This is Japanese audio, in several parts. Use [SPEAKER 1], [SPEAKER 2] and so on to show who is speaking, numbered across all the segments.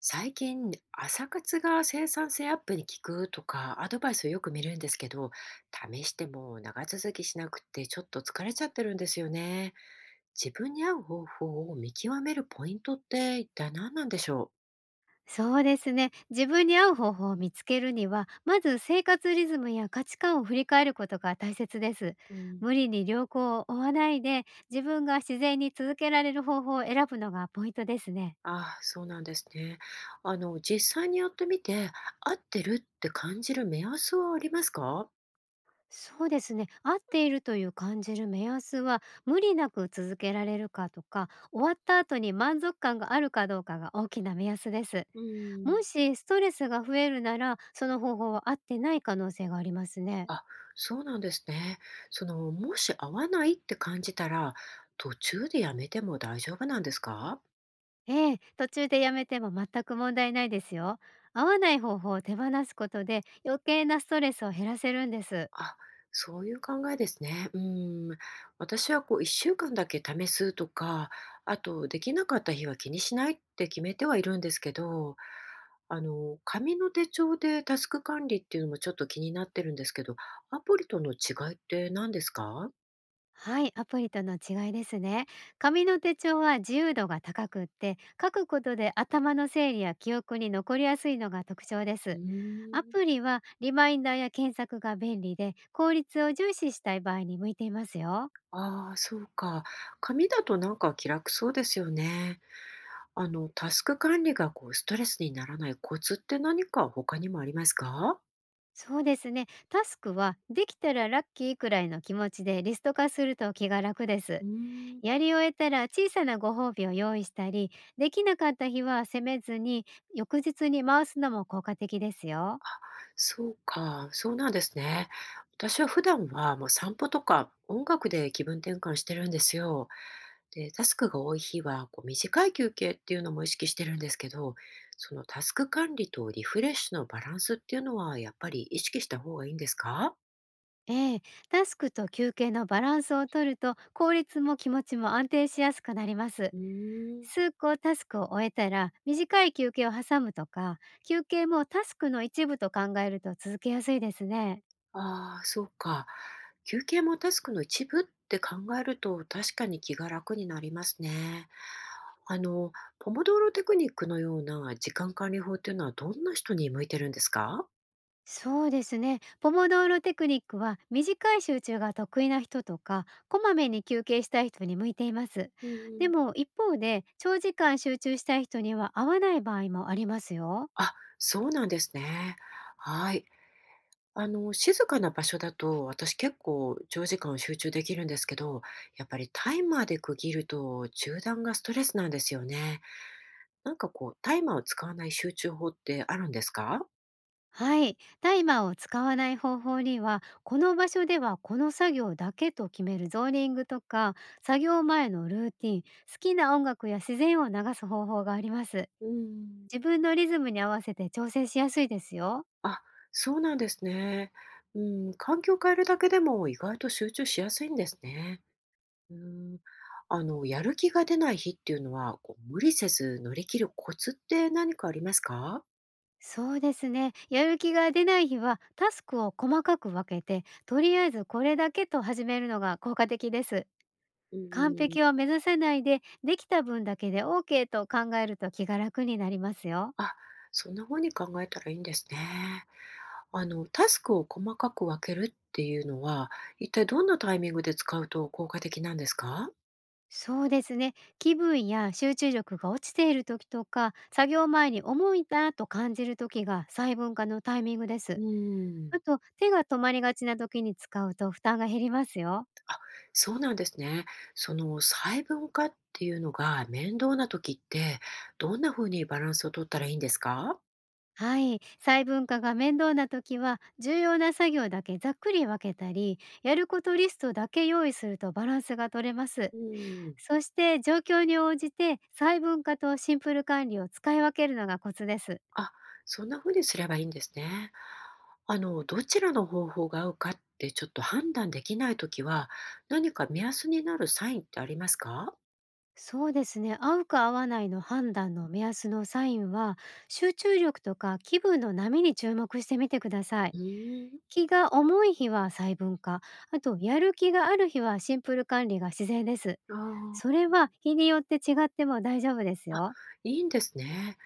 [SPEAKER 1] 最近、朝活が生産性アップに効くとかアドバイスをよく見るんですけど、試しても長続きしなくてちょっと疲れちゃってるんですよね。自分に合う方法を見極めるポイントって一体何なんでしょう？
[SPEAKER 2] そうですね。自分に合う方法を見つけるには、まず生活リズムや価値観を振り返ることが大切です。
[SPEAKER 1] うん、
[SPEAKER 2] 無理に良好を追わないで、自分が自然に続けられる方法を選ぶのがポイントですね。
[SPEAKER 1] ああ、そうなんですね。あの、実際にやってみて合ってるって感じる目安はありますか？
[SPEAKER 2] そうですね。合っているという感じる目安は、無理なく続けられるかとか、終わった後に満足感があるかどうかが大きな目安です。
[SPEAKER 1] う
[SPEAKER 2] も
[SPEAKER 1] ん。
[SPEAKER 2] しストレスが増えるなら、その方法は合ってない可能性がありますね。
[SPEAKER 1] あ、そうなんですね。その、もし合わないって感じたら、途中でやめても大丈夫なんですか？
[SPEAKER 2] ええ、途中でやめても全く問題ないですよ。合わない方法を手放すことで余計なストレスを減らせるんです。
[SPEAKER 1] あ、そういう考えですね。うん。私はこう1週間だけ試すとか、あとできなかった日は気にしないって決めてはいるんですけど、あの、紙の手帳でタスク管理っていうのもちょっと気になってるんですけど、アプリとの違いって何ですか？
[SPEAKER 2] はい、アプリとの違いですね。紙の手帳は自由度が高くって、書くことで頭の整理や記憶に残りやすいのが特徴で
[SPEAKER 1] う
[SPEAKER 2] す。ア
[SPEAKER 1] ーん。
[SPEAKER 2] プリはリマインダーや検索が便利で、効率を重視したい場合に向いていますよ。
[SPEAKER 1] ああ、そうか。紙だとなんか気楽そうですよね。あの、タスク管理がこうストレスにならないコツって何か他にもありますか？
[SPEAKER 2] そうですね。タスクはできたらラッキーくらいの気持ちでリスト化すると気が楽です。
[SPEAKER 1] うーん、
[SPEAKER 2] やり終えたら小さなご褒美を用意したり、できなかった日は責めずに、翌日に回すのも効果的ですよ。
[SPEAKER 1] そうか、そうなんですね。私は普段はもう散歩とか音楽で気分転換してるんですよ。で、タスクが多い日はこう短い休憩っていうのも意識してるんですけど、そのタスク管理とリフレッシュのバランスっていうのはやっぱり意識した方がいいんですか？
[SPEAKER 2] ええ、タスクと休憩のバランスを取ると効率も気持ちも安定しやすくなります。
[SPEAKER 1] うーん。
[SPEAKER 2] 数個タスクを終えたら短い休憩を挟むとか、休憩もタスクの一部と考えると続けやすいですね。
[SPEAKER 1] ああ、そうか。休憩もタスクの一部って考えると確かに気が楽になりますね。あの、ポモドーロテクニックのような時間管理法っていうのはどんな人に向いてるんですか？
[SPEAKER 2] そうですね。ポモドーロテクニックは短い集中が得意な人とか、こまめに休憩したい人に向いています。
[SPEAKER 1] う
[SPEAKER 2] で
[SPEAKER 1] ん、
[SPEAKER 2] も一方で、長時間集中したい人には合わない場合もありますよ。
[SPEAKER 1] あ、そうなんですね。はい。あの、静かな場所だと私結構長時間集中できるんですけど、やっぱりタイマーで区切ると中断がストレスなんですよね。なんかこう、タイマーを使わない集中法ってあるんですか？
[SPEAKER 2] はい。タイマーを使わない方法には、この場所ではこの作業だけと決めるゾーニングとか、作業前のルーティン、好きな音楽や自然を流す方法があります。
[SPEAKER 1] うん。
[SPEAKER 2] 自分のリズムに合わせて調整しやすいですよ。
[SPEAKER 1] あ、そうなんですね。うん、環境を変えるだけでも意外と集中しやすいんですね。うん、あの、やる気が出ない日っていうのは、こう無理せず乗り切るコツって何かありますか？
[SPEAKER 2] そうですね。やる気が出ない日は、タスクを細かく分けて、とりあえずこれだけと始めるのが効果的です。
[SPEAKER 1] う
[SPEAKER 2] 完
[SPEAKER 1] ん、
[SPEAKER 2] 璧を目指さないで、できた分だけで OK と考えると気が楽になりますよ。
[SPEAKER 1] あ、そんな風に考えたらいいんですね。あの、タスクを細かく分けるっていうのは、一体どんなタイミングで使うと効果的なんですか？
[SPEAKER 2] そうですね。気分や集中力が落ちている時とか、作業前に重いなと感じる時が細分化のタイミングで
[SPEAKER 1] う
[SPEAKER 2] す。
[SPEAKER 1] ん。
[SPEAKER 2] あと、手が止まりがちな時に使うと負担が減りますよ。
[SPEAKER 1] そうなんですね。その細分化っていうのが面倒な時ってどんな風にバランスを取ったらいいんですか？
[SPEAKER 2] はい、細分化が面倒な時は重要な作業だけざっくり分けたり、やることリストだけ用意するとバランスが取れます。
[SPEAKER 1] うん。
[SPEAKER 2] そして、状況に応じて細分化とシンプル管理を使い分けるのがコツです。
[SPEAKER 1] あ、そんな風にすればいいんですね。あの、どちらの方法が合うかってちょっと判断できない時は何か目安になるサインってありますか？
[SPEAKER 2] そうですね。合うか合わないの判断の目安のサインは、集中力とか気分の波に注目してみてください。
[SPEAKER 1] うーん。
[SPEAKER 2] 気が重い日は細分化、あとやる気がある日はシンプル管理が自然です。
[SPEAKER 1] あ
[SPEAKER 2] そ
[SPEAKER 1] あ、
[SPEAKER 2] れは日によって違っても大丈夫ですよ。
[SPEAKER 1] いいんですね。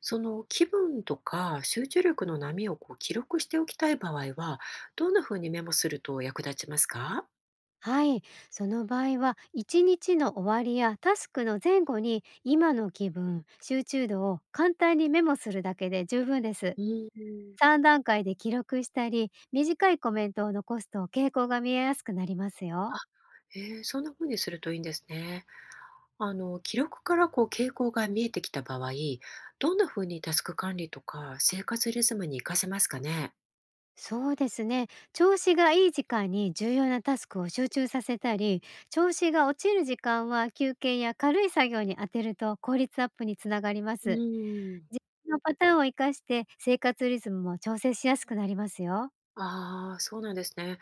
[SPEAKER 1] その気分とか集中力の波をこう記録しておきたい場合はどんな風にメモすると役立ちますか？
[SPEAKER 2] はい。その場合は、一日の終わりやタスクの前後に今の気分、集中度を簡単にメモするだけで十分です。
[SPEAKER 1] うーん。
[SPEAKER 2] 3段階で記録したり、短いコメントを残すと傾向が見えやすくなりますよ。
[SPEAKER 1] あ、へえ、そんな風にするといいんですね。あの、記録からこう傾向が見えてきた場合、どんな風にタスク管理とか生活リズムに活かせますかね？
[SPEAKER 2] そうですね。調子がいい時間に重要なタスクを集中させたり、調子が落ちる時間は休憩や軽い作業に当てると効率アップにつながりま
[SPEAKER 1] う
[SPEAKER 2] す。
[SPEAKER 1] ーん。
[SPEAKER 2] 自分のパターンを活かして生活リズムも調整しやすくなりますよ。
[SPEAKER 1] ああ、そうなんですね。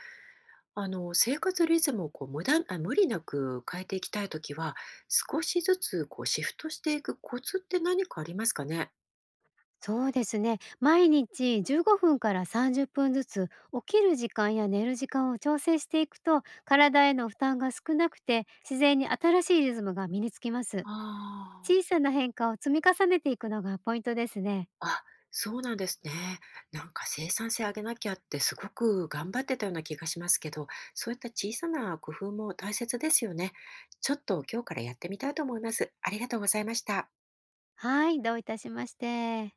[SPEAKER 1] あの、生活リズムをこう無駄あ、無理なく変えていきたいときは、少しずつこうシフトしていくコツって何かありますかね？
[SPEAKER 2] そうですね。毎日15分から30分ずつ起きる時間や寝る時間を調整していくと体への負担が少なくて自然に新しいリズムが身につきます。
[SPEAKER 1] あ
[SPEAKER 2] 小
[SPEAKER 1] あ。
[SPEAKER 2] さな変化を積み重ねていくのがポイントですね。
[SPEAKER 1] あ、そうなんですね。なんか生産性上げなきゃってすごく頑張ってたような気がしますけど、そういった小さな工夫も大切ですよね。ちょっと今日からやってみたいと思います。ありがとうございました。
[SPEAKER 2] はい、どういたしまして。